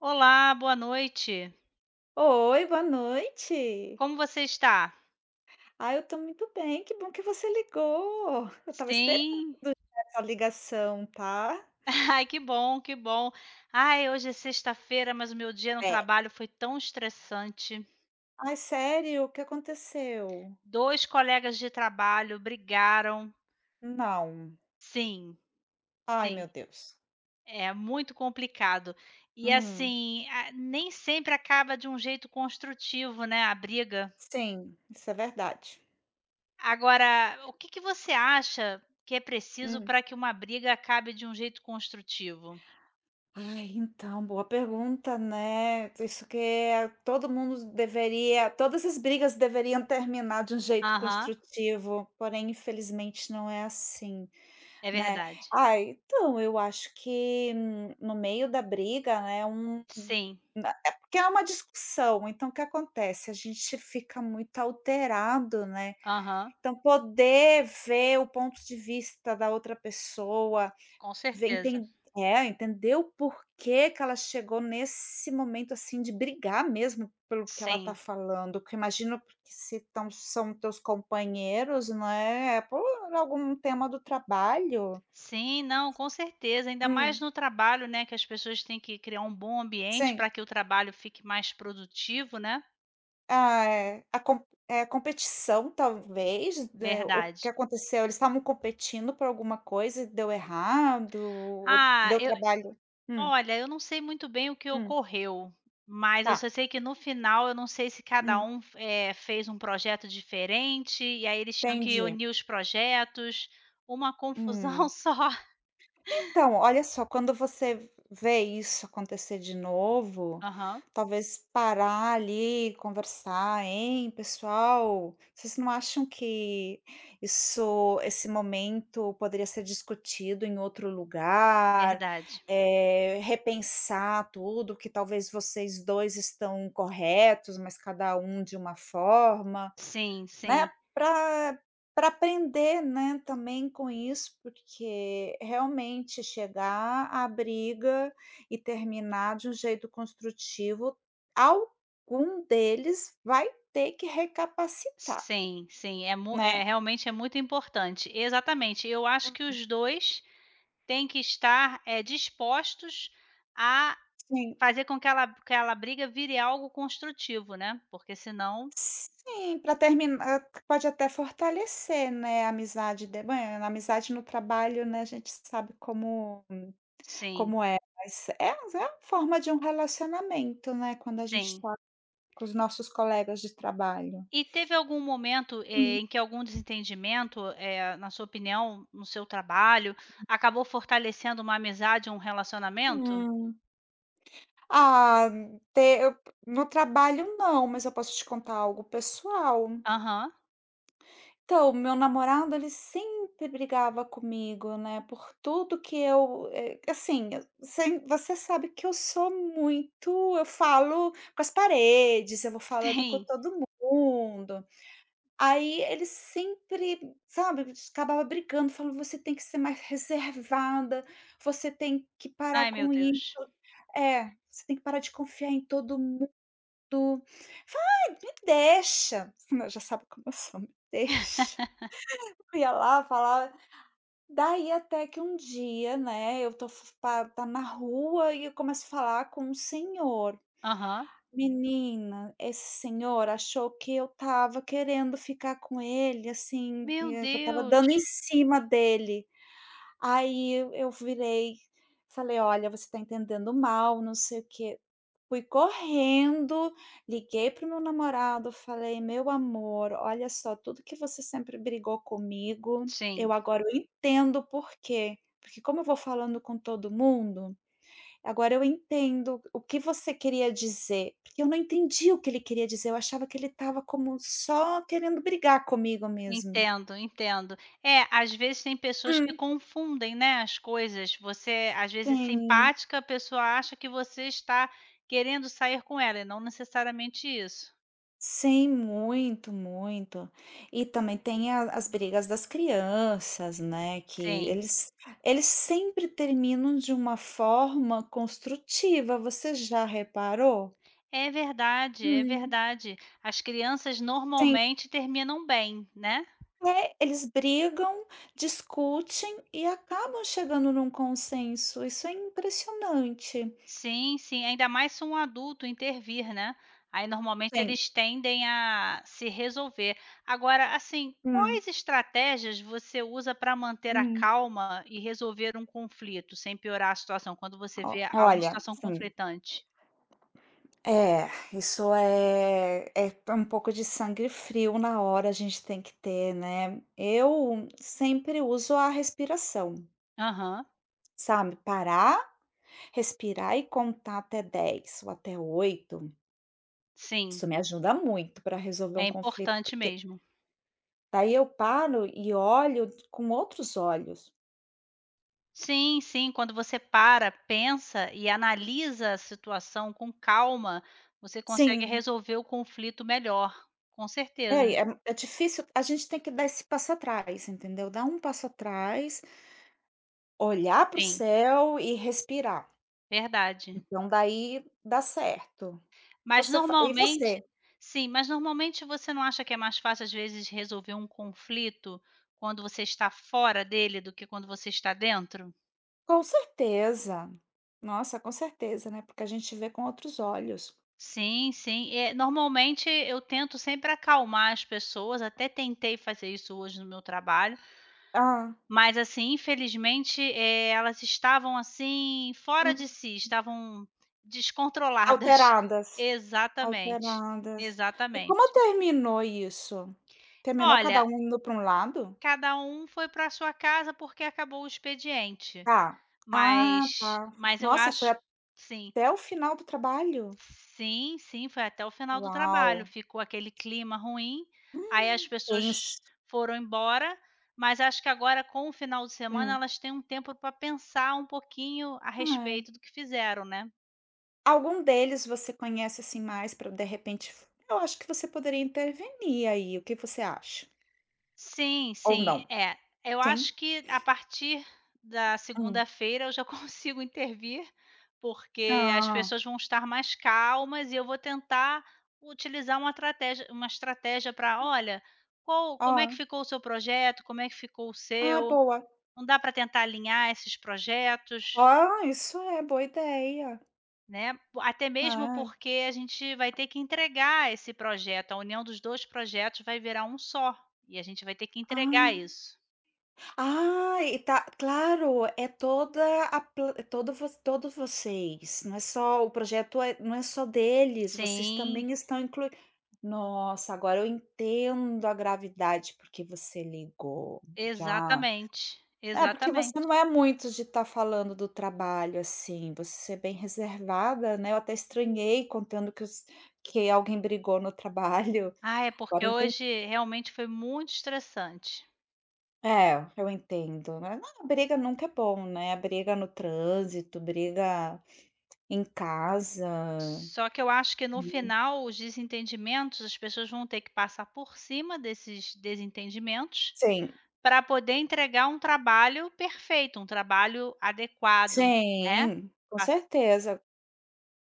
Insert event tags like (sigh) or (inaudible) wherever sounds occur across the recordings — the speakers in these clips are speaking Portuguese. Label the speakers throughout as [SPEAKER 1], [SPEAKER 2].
[SPEAKER 1] Olá, boa noite.
[SPEAKER 2] Oi, boa noite.
[SPEAKER 1] Como você está?
[SPEAKER 2] Ah, eu tô muito bem, que bom que você ligou. Eu tava esperando
[SPEAKER 1] Sim.
[SPEAKER 2] já essa ligação, tá.
[SPEAKER 1] (laughs) Ai, que bom, que bom. Ai, hoje é sexta-feira, mas o meu dia no
[SPEAKER 2] É.
[SPEAKER 1] trabalho foi tão estressante.
[SPEAKER 2] Ai, sério? O que aconteceu?
[SPEAKER 1] 2 colegas de trabalho brigaram.
[SPEAKER 2] Não.
[SPEAKER 1] Sim,
[SPEAKER 2] Ai,
[SPEAKER 1] sim.
[SPEAKER 2] meu Deus.
[SPEAKER 1] É muito complicado. E,
[SPEAKER 2] Hum,
[SPEAKER 1] assim, a nem sempre acaba de um jeito construtivo, né, a briga.
[SPEAKER 2] sim, isso é verdade.
[SPEAKER 1] Agora, o que que você acha que é preciso
[SPEAKER 2] Hum.
[SPEAKER 1] para que uma briga acabe de um jeito construtivo?
[SPEAKER 2] Ai, então, boa pergunta, né. Isso que é todo mundo deveria todas as brigas deveriam terminar de um jeito
[SPEAKER 1] Aham,
[SPEAKER 2] construtivo, porém, infelizmente, não é assim.
[SPEAKER 1] é
[SPEAKER 2] Né.
[SPEAKER 1] verdade.
[SPEAKER 2] Ah, então, eu acho que no meio da briga, né, um
[SPEAKER 1] Sim,
[SPEAKER 2] na é porque é uma discussão, então o que acontece? A gente fica muito alterado, né.
[SPEAKER 1] aham,
[SPEAKER 2] Então poder ver o ponto de vista da outra pessoa,
[SPEAKER 1] com
[SPEAKER 2] ver
[SPEAKER 1] certeza.
[SPEAKER 2] enten é, entender o porquê que ela chegou nesse momento, assim, de brigar mesmo pelo que ela tá
[SPEAKER 1] Sim,
[SPEAKER 2] falando, que eu imagino porque se tão são teus companheiros, né, é por algum tema do trabalho.
[SPEAKER 1] sim, não, com certeza, ainda mais
[SPEAKER 2] Hum.
[SPEAKER 1] no trabalho, né, que as pessoas têm que criar um bom ambiente
[SPEAKER 2] Sim.
[SPEAKER 1] para que o trabalho fique mais produtivo, né.
[SPEAKER 2] Ah, é. A com é a competição talvez, né, o que
[SPEAKER 1] Verdade.
[SPEAKER 2] aconteceu, eles estavam competindo por alguma coisa e deu errado, ou
[SPEAKER 1] Ah,
[SPEAKER 2] deu
[SPEAKER 1] eu
[SPEAKER 2] trabalho. Hum,
[SPEAKER 1] olha, eu não sei muito bem o que
[SPEAKER 2] hum,
[SPEAKER 1] ocorreu, mas eu só
[SPEAKER 2] tá,
[SPEAKER 1] sei que no final eu não sei se cada
[SPEAKER 2] hum,
[SPEAKER 1] Um, fez um projeto diferente e aí eles tinham que
[SPEAKER 2] entendi.
[SPEAKER 1] unir os projetos, uma confusão (laughs)
[SPEAKER 2] Hum.
[SPEAKER 1] só.
[SPEAKER 2] Então, olha só, quando você vê isso acontecer de novo,
[SPEAKER 1] Aham,
[SPEAKER 2] talvez parar ali, conversar: "Hein, pessoal, vocês não acham que isso esse momento poderia ser discutido em outro lugar?",
[SPEAKER 1] verdade.
[SPEAKER 2] repensar tudo, que talvez vocês 2 estão corretos, mas cada um de uma forma.
[SPEAKER 1] Sim,
[SPEAKER 2] Né,
[SPEAKER 1] sim.
[SPEAKER 2] para para aprender, né, também com isso, porque realmente chegar à briga e terminar de um jeito construtivo, algum deles vai ter que recapacitar,
[SPEAKER 1] Sim, sim, é mu é
[SPEAKER 2] né.
[SPEAKER 1] realmente, é muito importante. Exatamente, eu acho que os 2 têm que estar, dispostos a
[SPEAKER 2] Sim,
[SPEAKER 1] fazer com que ela aquela briga vire algo construtivo, né, porque senão
[SPEAKER 2] sim, pra terminar pode até fortalecer, né, a amizade de né, na amizade no trabalho, né, a gente sabe como
[SPEAKER 1] sim,
[SPEAKER 2] como é, mas é a forma de um relacionamento, né, quando a gente
[SPEAKER 1] sim.
[SPEAKER 2] com os nossos colegas de trabalho.
[SPEAKER 1] E teve algum momento,
[SPEAKER 2] Hum.
[SPEAKER 1] em que algum desentendimento, na sua opinião, no seu trabalho, acabou fortalecendo uma amizade, um relacionamento?
[SPEAKER 2] Hum. Ah, te eu no trabalho não, mas eu posso te contar algo pessoal.
[SPEAKER 1] Aham,
[SPEAKER 2] Então, meu namorado ele sempre brigava comigo, né, por tudo que eu, assim, eu sem você sabe que eu sou muito eu falo com as paredes, eu vou falando com
[SPEAKER 1] sim.
[SPEAKER 2] todo mundo. Aí ele sempre, sabe, acabava brigando, falando: "Você tem que ser mais reservada, você tem que parar
[SPEAKER 1] Ai, meu
[SPEAKER 2] com isso".
[SPEAKER 1] Deus.
[SPEAKER 2] É, "Você tem que parar de confiar em todo mundo". Falei: me deixa". (laughs) Já sabe como eu sou, "me deixa".
[SPEAKER 1] (laughs)
[SPEAKER 2] (laughs) Eu ia lá, falar. Daí até que um dia, né, eu tô f pa tá na rua e eu começo a falar com um senhor.
[SPEAKER 1] Aham.
[SPEAKER 2] Menina, esse senhor achou que eu estava querendo ficar com ele, assim,
[SPEAKER 1] Meu
[SPEAKER 2] que eu estava
[SPEAKER 1] Deus.
[SPEAKER 2] dando em cima dele. Aí eu virei, falei: "Olha, você está entendendo mal, não sei o quê". Fui correndo, liguei para o meu namorado, falei: "Meu amor, olha só, tudo que você sempre brigou comigo,
[SPEAKER 1] Sim,
[SPEAKER 2] eu entendo por quê, porque como eu vou falando com todo mundo". Agora eu entendo o que você queria dizer, porque eu não entendi o que ele queria dizer, eu achava que ele estava como só querendo brigar comigo mesmo.
[SPEAKER 1] entendo, entendo. É, às vezes tem pessoas que
[SPEAKER 2] Hum.
[SPEAKER 1] confundem, né, as coisas. Você, às vezes, é
[SPEAKER 2] Sim,
[SPEAKER 1] simpática, a pessoa acha que você está querendo sair com ela, e não necessariamente isso.
[SPEAKER 2] sim, muito, muito. E também tem a as brigas das crianças, né, que
[SPEAKER 1] Sim.
[SPEAKER 2] eles sempre terminam de uma forma construtiva, você já reparou?
[SPEAKER 1] É verdade, é
[SPEAKER 2] Hum.
[SPEAKER 1] verdade. As crianças
[SPEAKER 2] Sim.
[SPEAKER 1] normalmente terminam bem, né?
[SPEAKER 2] É, eles brigam, discutem e acabam chegando num consenso, isso é impressionante.
[SPEAKER 1] Sim, sim, ainda mais se um adulto intervir, né. Aí normalmente
[SPEAKER 2] Sim.
[SPEAKER 1] eles tendem a se resolver. Agora, assim,
[SPEAKER 2] hum,
[SPEAKER 1] quais estratégias você usa para manter a
[SPEAKER 2] hum,
[SPEAKER 1] calma e resolver um conflito sem piorar a situação, quando você
[SPEAKER 2] o
[SPEAKER 1] vê a uma
[SPEAKER 2] olha,
[SPEAKER 1] situação
[SPEAKER 2] sim.
[SPEAKER 1] conflitante?
[SPEAKER 2] É, isso é um pouco de sangue frio na hora, a gente tem que ter, né. Eu sempre uso a respiração,
[SPEAKER 1] Aham,
[SPEAKER 2] sabe, parar, respirar e contar até 10 ou até 8.
[SPEAKER 1] sim,
[SPEAKER 2] Isso me ajuda muito para resolver
[SPEAKER 1] é
[SPEAKER 2] um conflito,
[SPEAKER 1] importante
[SPEAKER 2] porque
[SPEAKER 1] mesmo.
[SPEAKER 2] daí eu paro e olho com outros olhos.
[SPEAKER 1] Sim, sim, quando você para, pensa e analisa a situação com calma, você consegue
[SPEAKER 2] Sim.
[SPEAKER 1] resolver o conflito melhor, com certeza,
[SPEAKER 2] É, é difícil a gente tem que dar esse passo atrás, entendeu? Dar um passo atrás, olhar para o
[SPEAKER 1] sim.
[SPEAKER 2] céu e respirar.
[SPEAKER 1] Verdade.
[SPEAKER 2] Então daí dá certo.
[SPEAKER 1] Mas
[SPEAKER 2] Você fa e
[SPEAKER 1] normalmente
[SPEAKER 2] você?
[SPEAKER 1] Sim, mas normalmente você não acha que é mais fácil, às vezes, resolver um conflito quando você está fora dele do que quando você está dentro?
[SPEAKER 2] Com certeza. Nossa, com certeza, né, porque a gente vê com outros olhos.
[SPEAKER 1] Sim, sim. Normalmente eu tento sempre acalmar as pessoas, até tentei fazer isso hoje no meu trabalho,
[SPEAKER 2] Hã.
[SPEAKER 1] mas assim, infelizmente, elas estavam, assim, fora de
[SPEAKER 2] Hum.
[SPEAKER 1] si, estavam descontroladas. (laughs)
[SPEAKER 2] Alteradas,
[SPEAKER 1] Exatamente,
[SPEAKER 2] alteradas. E como
[SPEAKER 1] exatamente.
[SPEAKER 2] terminou isso? Terminou
[SPEAKER 1] Olha,
[SPEAKER 2] cada um indo para um lado?
[SPEAKER 1] cada um foi pra sua casa porque acabou o expediente,
[SPEAKER 2] Tá. Ah,
[SPEAKER 1] mas
[SPEAKER 2] tá.
[SPEAKER 1] mas eu
[SPEAKER 2] Nossa, foi
[SPEAKER 1] acho, sim,
[SPEAKER 2] até o final do trabalho?
[SPEAKER 1] sim, sim, foi até o final do
[SPEAKER 2] Uau,
[SPEAKER 1] trabalho, ficou aquele clima ruim, aí
[SPEAKER 2] Hum,
[SPEAKER 1] as pessoas
[SPEAKER 2] tenso.
[SPEAKER 1] foram embora, mas acho que agora com o final de semana
[SPEAKER 2] Hum.
[SPEAKER 1] elas têm um tempo para pensar um pouquinho a
[SPEAKER 2] Ah, é.
[SPEAKER 1] respeito do que fizeram, né.
[SPEAKER 2] Algum deles você conhece, assim, mais para de repente eu acho que você poderia intervenir aí, o que você acha?
[SPEAKER 1] Sim,
[SPEAKER 2] Ou não?
[SPEAKER 1] sim. É, eu
[SPEAKER 2] Sim?
[SPEAKER 1] acho que a partir da
[SPEAKER 2] Hum.
[SPEAKER 1] segunda-feira eu já (laughs) consigo intervir, porque as
[SPEAKER 2] Ah,
[SPEAKER 1] pessoas vão estar mais calmas e eu vou tentar utilizar uma estratégia para, "Olha, qual
[SPEAKER 2] ó,
[SPEAKER 1] como é que ficou o seu projeto? Como é que ficou o
[SPEAKER 2] ah,
[SPEAKER 1] seu?
[SPEAKER 2] boa.
[SPEAKER 1] Não dá para tentar alinhar esses projetos?",
[SPEAKER 2] Ah, isso é, boa ideia.
[SPEAKER 1] né. Até mesmo
[SPEAKER 2] Ah, é.
[SPEAKER 1] porque a gente vai ter que entregar esse projeto, a união dos 2 projetos vai virar um só, e a gente vai ter que entregar
[SPEAKER 2] Ah.
[SPEAKER 1] isso.
[SPEAKER 2] Ah, e tá claro, é toda a pla é todos vocês, não é só o projeto é não é só deles, vocês
[SPEAKER 1] Sim.
[SPEAKER 2] também estão incluídos. Nossa, agora eu entendo a gravidade porque você ligou, já
[SPEAKER 1] Exatamente,
[SPEAKER 2] é, porque você
[SPEAKER 1] exatamente.
[SPEAKER 2] não é muito de estar falando do trabalho, assim, você é bem reservada, né, eu até estranhei contando que alguém brigou no trabalho,
[SPEAKER 1] Ah, é
[SPEAKER 2] agora
[SPEAKER 1] porque
[SPEAKER 2] eu
[SPEAKER 1] hoje realmente foi muito estressante.
[SPEAKER 2] é, eu entendo, né. Não, a briga nunca é bom, né. A briga no trânsito, briga em casa.
[SPEAKER 1] Só que eu acho que no
[SPEAKER 2] Hum.
[SPEAKER 1] final os desentendimentos, as pessoas vão ter que passar por cima desses desentendimentos
[SPEAKER 2] Sim,
[SPEAKER 1] para poder entregar um trabalho perfeito, um trabalho adequado, né.
[SPEAKER 2] sim, com
[SPEAKER 1] A
[SPEAKER 2] certeza,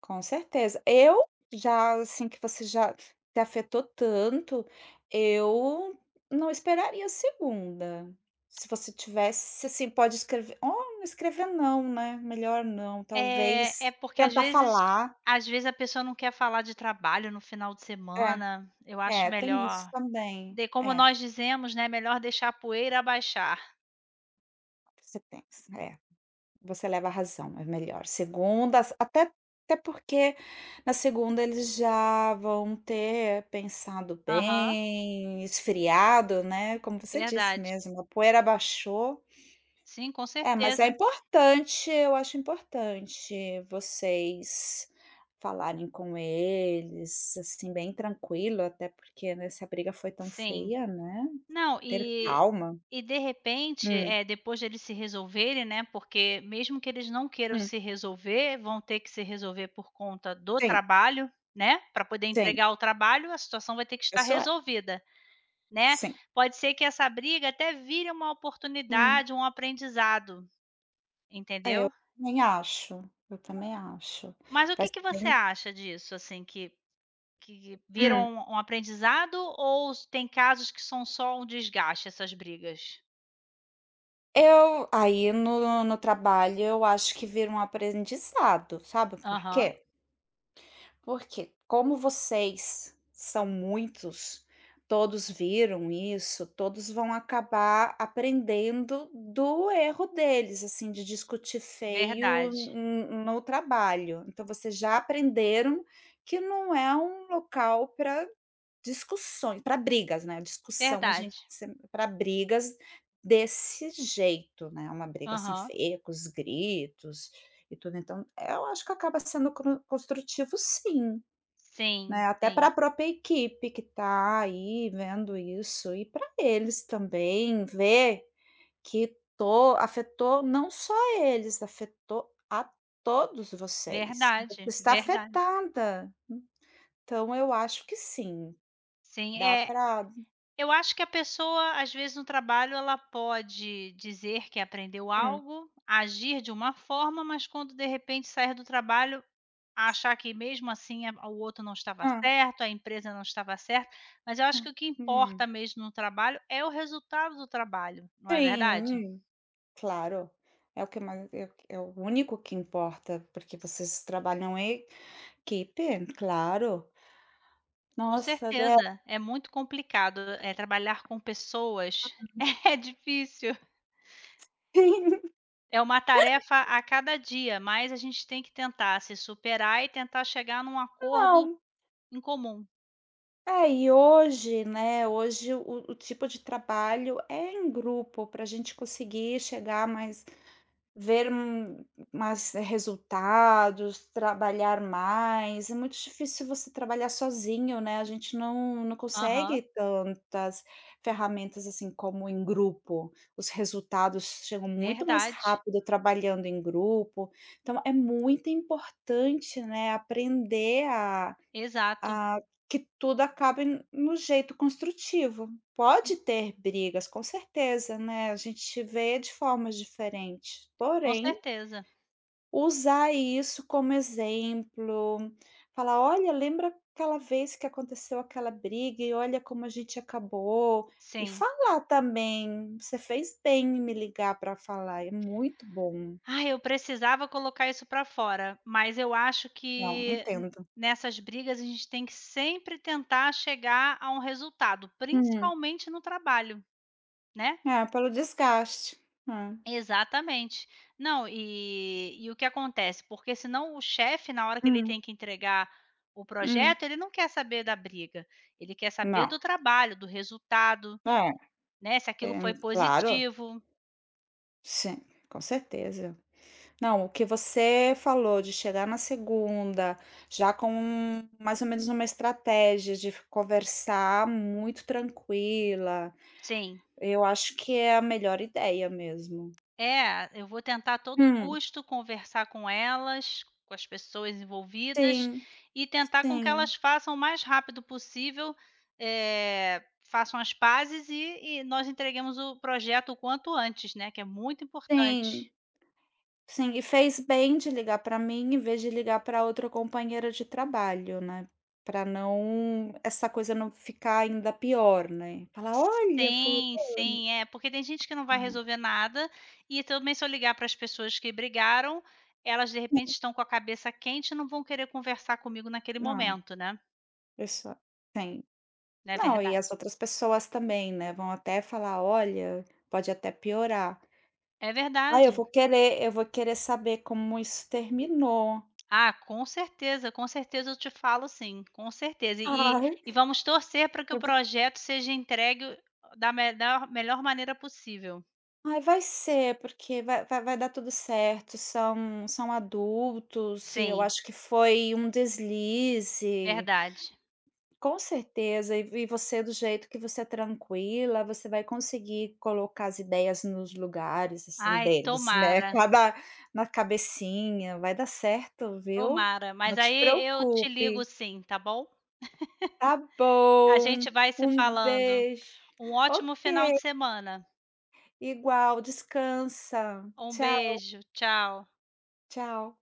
[SPEAKER 2] com certeza. Eu já, assim, que você já se afetou tanto, eu não esperaria a segunda. Se você tivesse, assim, pode escrever ou não escrever não, né, melhor não,
[SPEAKER 1] É, é
[SPEAKER 2] talvez
[SPEAKER 1] porque às
[SPEAKER 2] tentar
[SPEAKER 1] vezes
[SPEAKER 2] falar.
[SPEAKER 1] às vezes a pessoa não quer falar de trabalho no final de
[SPEAKER 2] É,
[SPEAKER 1] semana, eu acho
[SPEAKER 2] é, tem isso
[SPEAKER 1] melhor,
[SPEAKER 2] também.
[SPEAKER 1] de como
[SPEAKER 2] É,
[SPEAKER 1] nós dizemos, né, melhor deixar a poeira abaixar.
[SPEAKER 2] você pensa, é. Você leva a razão, é melhor. Segundas até porque na segunda eles já vão ter pensado
[SPEAKER 1] Aham.
[SPEAKER 2] bem, esfriado, né, como você disse
[SPEAKER 1] Verdade.
[SPEAKER 2] mesmo, a poeira baixou.
[SPEAKER 1] Sim, com
[SPEAKER 2] É, mas é
[SPEAKER 1] certeza.
[SPEAKER 2] importante, eu acho importante vocês falarem com eles, assim, bem tranquilo, até porque, né, se a briga foi tão
[SPEAKER 1] Sim.
[SPEAKER 2] feia, né,
[SPEAKER 1] Não,
[SPEAKER 2] ter
[SPEAKER 1] e
[SPEAKER 2] calma.
[SPEAKER 1] e de repente,
[SPEAKER 2] Hum,
[SPEAKER 1] depois deles se resolverem, né, porque mesmo que eles não queiram
[SPEAKER 2] hum,
[SPEAKER 1] se resolver, vão ter que se resolver por conta do
[SPEAKER 2] sim,
[SPEAKER 1] trabalho, né, para poder
[SPEAKER 2] sim,
[SPEAKER 1] entregar o trabalho, a situação vai ter que estar
[SPEAKER 2] isso é,
[SPEAKER 1] resolvida, né.
[SPEAKER 2] sim.
[SPEAKER 1] Pode ser que essa briga até vire uma
[SPEAKER 2] Hum.
[SPEAKER 1] oportunidade, um aprendizado,
[SPEAKER 2] É, eu
[SPEAKER 1] entendeu.
[SPEAKER 2] também acho, eu também acho.
[SPEAKER 1] Mas o
[SPEAKER 2] Vai
[SPEAKER 1] que que
[SPEAKER 2] ser
[SPEAKER 1] você
[SPEAKER 2] bem
[SPEAKER 1] acha disso, assim, que Hã. viram, é,
[SPEAKER 2] hum.
[SPEAKER 1] um aprendizado, ou s tem casos que são só um desgaste essas brigas?
[SPEAKER 2] Eu aí no no trabalho eu acho que vira um aprendizado, sabe por
[SPEAKER 1] Aham,
[SPEAKER 2] quê? Porque como vocês são muitos, todos viram isso, todos vão acabar aprendendo do erro deles, assim, de discutir feio
[SPEAKER 1] verdade,
[SPEAKER 2] n no trabalho. Então vocês já aprenderam que não é um local para discussões para brigas, né, discussão a
[SPEAKER 1] verdade.
[SPEAKER 2] gente para brigas desse jeito, né, uma briga assim
[SPEAKER 1] Aham.
[SPEAKER 2] feia, com os gritos e tudo, então, eu acho que acaba sendo cru construtivo sim,
[SPEAKER 1] Sim,
[SPEAKER 2] né, até para
[SPEAKER 1] sim,
[SPEAKER 2] a própria equipe que está aí vendo isso e para eles também ver que to afetou não só eles, afetou a todos vocês. Você
[SPEAKER 1] verdade,
[SPEAKER 2] está
[SPEAKER 1] verdade.
[SPEAKER 2] afetada, então eu acho que sim,
[SPEAKER 1] Sim,
[SPEAKER 2] dá
[SPEAKER 1] é,
[SPEAKER 2] para
[SPEAKER 1] eu acho que a pessoa, às vezes, no trabalho ela pode dizer que aprendeu algo, agir de uma forma, mas quando de repente sair do trabalho a achar que mesmo assim a o outro não estava
[SPEAKER 2] ah,
[SPEAKER 1] certo, a empresa não estava certa, mas eu acho que
[SPEAKER 2] hum,
[SPEAKER 1] o que
[SPEAKER 2] hum.
[SPEAKER 1] importa mesmo no trabalho é o resultado do trabalho, não é
[SPEAKER 2] sim,
[SPEAKER 1] verdade?
[SPEAKER 2] claro. É o que mais é o que- é o único que importa, porque vocês trabalham em equipe, claro.
[SPEAKER 1] Com
[SPEAKER 2] Nossa, né.
[SPEAKER 1] certeza, é muito complicado, é trabalhar com pessoas, (laughs) é difícil.
[SPEAKER 2] (laughs)
[SPEAKER 1] É uma tarefa a cada dia, mas a gente tem que tentar se superar e tentar chegar num acordo
[SPEAKER 2] Não,
[SPEAKER 1] em comum.
[SPEAKER 2] é, e hoje, né, hoje o tipo de trabalho é em grupo, para a gente conseguir chegar mais ver um mais resultados, trabalhar mais, é muito difícil você trabalhar sozinho, né, a gente não
[SPEAKER 1] Aham,
[SPEAKER 2] consegue tantas ferramentas, assim, como em grupo. Os resultados chegam muito mais
[SPEAKER 1] verdade.
[SPEAKER 2] rápido trabalhando em grupo, então é muito importante, né, aprender a
[SPEAKER 1] Exato,
[SPEAKER 2] ah, que tudo acabe n no jeito construtivo. Pode ter brigas, com certeza, né, a gente vê de formas diferentes,
[SPEAKER 1] com
[SPEAKER 2] porém,
[SPEAKER 1] certeza.
[SPEAKER 2] usar isso como exemplo, falar: "Olha, lembra aquela vez que aconteceu aquela briga e olha como a gente acabou", e
[SPEAKER 1] Sim.
[SPEAKER 2] falar também: "Você fez bem em me ligar para falar, é muito bom".
[SPEAKER 1] Ah, eu precisava colocar isso para fora, mas eu acho
[SPEAKER 2] Não,
[SPEAKER 1] que n
[SPEAKER 2] entendo.
[SPEAKER 1] nessas brigas a gente tem que sempre tentar chegar a um resultado,
[SPEAKER 2] Hum.
[SPEAKER 1] principalmente no trabalho, né.
[SPEAKER 2] É, pelo desgaste. É.
[SPEAKER 1] Exatamente. Não, e o que acontece, porque senão o chefe, na hora que ele
[SPEAKER 2] Hum,
[SPEAKER 1] tem que entregar o
[SPEAKER 2] hum.
[SPEAKER 1] projeto, ele não quer saber da briga, ele quer saber
[SPEAKER 2] Não.
[SPEAKER 1] do trabalho, do resultado,
[SPEAKER 2] É.
[SPEAKER 1] né, se aquilo
[SPEAKER 2] É,
[SPEAKER 1] foi
[SPEAKER 2] claro,
[SPEAKER 1] positivo.
[SPEAKER 2] sim, com certeza. Não, o que você falou de chegar na segunda, já com um, mais ou menos uma estratégia de conversar muito tranquila,
[SPEAKER 1] Sim.
[SPEAKER 2] eu acho que é a melhor ideia mesmo.
[SPEAKER 1] É, eu vou tentar a todo
[SPEAKER 2] Hum,
[SPEAKER 1] custo conversar com elas, com as pessoas envolvidas,
[SPEAKER 2] sim,
[SPEAKER 1] e tentar com que
[SPEAKER 2] sim,
[SPEAKER 1] elas façam o mais rápido possível, façam as pazes e nós entreguemos o projeto o quanto antes, né, que é muito
[SPEAKER 2] sim,
[SPEAKER 1] importante.
[SPEAKER 2] sim. E fez bem de ligar para mim em vez de ligar para outra companheira de trabalho, né? Para não essa coisa não ficar ainda pior, né? Falar, olha, fulano.
[SPEAKER 1] Sim, sim, é, porque tem gente que não vai resolver nada, e também se eu ligar para as pessoas que brigaram, elas de repente estão com a cabeça quente e não vão querer conversar comigo naquele
[SPEAKER 2] Não,
[SPEAKER 1] momento, né.
[SPEAKER 2] isso tem.
[SPEAKER 1] Não, é
[SPEAKER 2] Não, e as
[SPEAKER 1] verdade.
[SPEAKER 2] outras pessoas também, né, vão até falar: "Olha, pode até piorar".
[SPEAKER 1] É
[SPEAKER 2] Ah,
[SPEAKER 1] verdade.
[SPEAKER 2] eu vou querer saber como isso terminou.
[SPEAKER 1] Ah, com certeza eu te falo, sim, com certeza. E
[SPEAKER 2] Ai,
[SPEAKER 1] e vamos torcer para que o
[SPEAKER 2] eu vou
[SPEAKER 1] projeto seja entregue, da melhor, melhor maneira possível.
[SPEAKER 2] ai, vai ser, porque vai dar tudo certo, são adultos e eu
[SPEAKER 1] Sim,
[SPEAKER 2] acho que foi um deslize.
[SPEAKER 1] verdade.
[SPEAKER 2] Com certeza, e você do jeito que você é tranquila, você vai conseguir colocar as ideias nos lugares, assim,
[SPEAKER 1] Ai,
[SPEAKER 2] deles, né,
[SPEAKER 1] tomara,
[SPEAKER 2] cada na cabecinha, vai dar certo, viu.
[SPEAKER 1] tomara.
[SPEAKER 2] Não
[SPEAKER 1] Mas
[SPEAKER 2] te
[SPEAKER 1] aí eu te ligo,
[SPEAKER 2] preocupe.
[SPEAKER 1] sim, tá bom?
[SPEAKER 2] Tá
[SPEAKER 1] A
[SPEAKER 2] bom,
[SPEAKER 1] gente vai se
[SPEAKER 2] um
[SPEAKER 1] falando.
[SPEAKER 2] beijo.
[SPEAKER 1] Um
[SPEAKER 2] Ok,
[SPEAKER 1] ótimo final de semana.
[SPEAKER 2] igual, descansa.
[SPEAKER 1] Um
[SPEAKER 2] Tchau,
[SPEAKER 1] beijo, tchau.
[SPEAKER 2] tchau.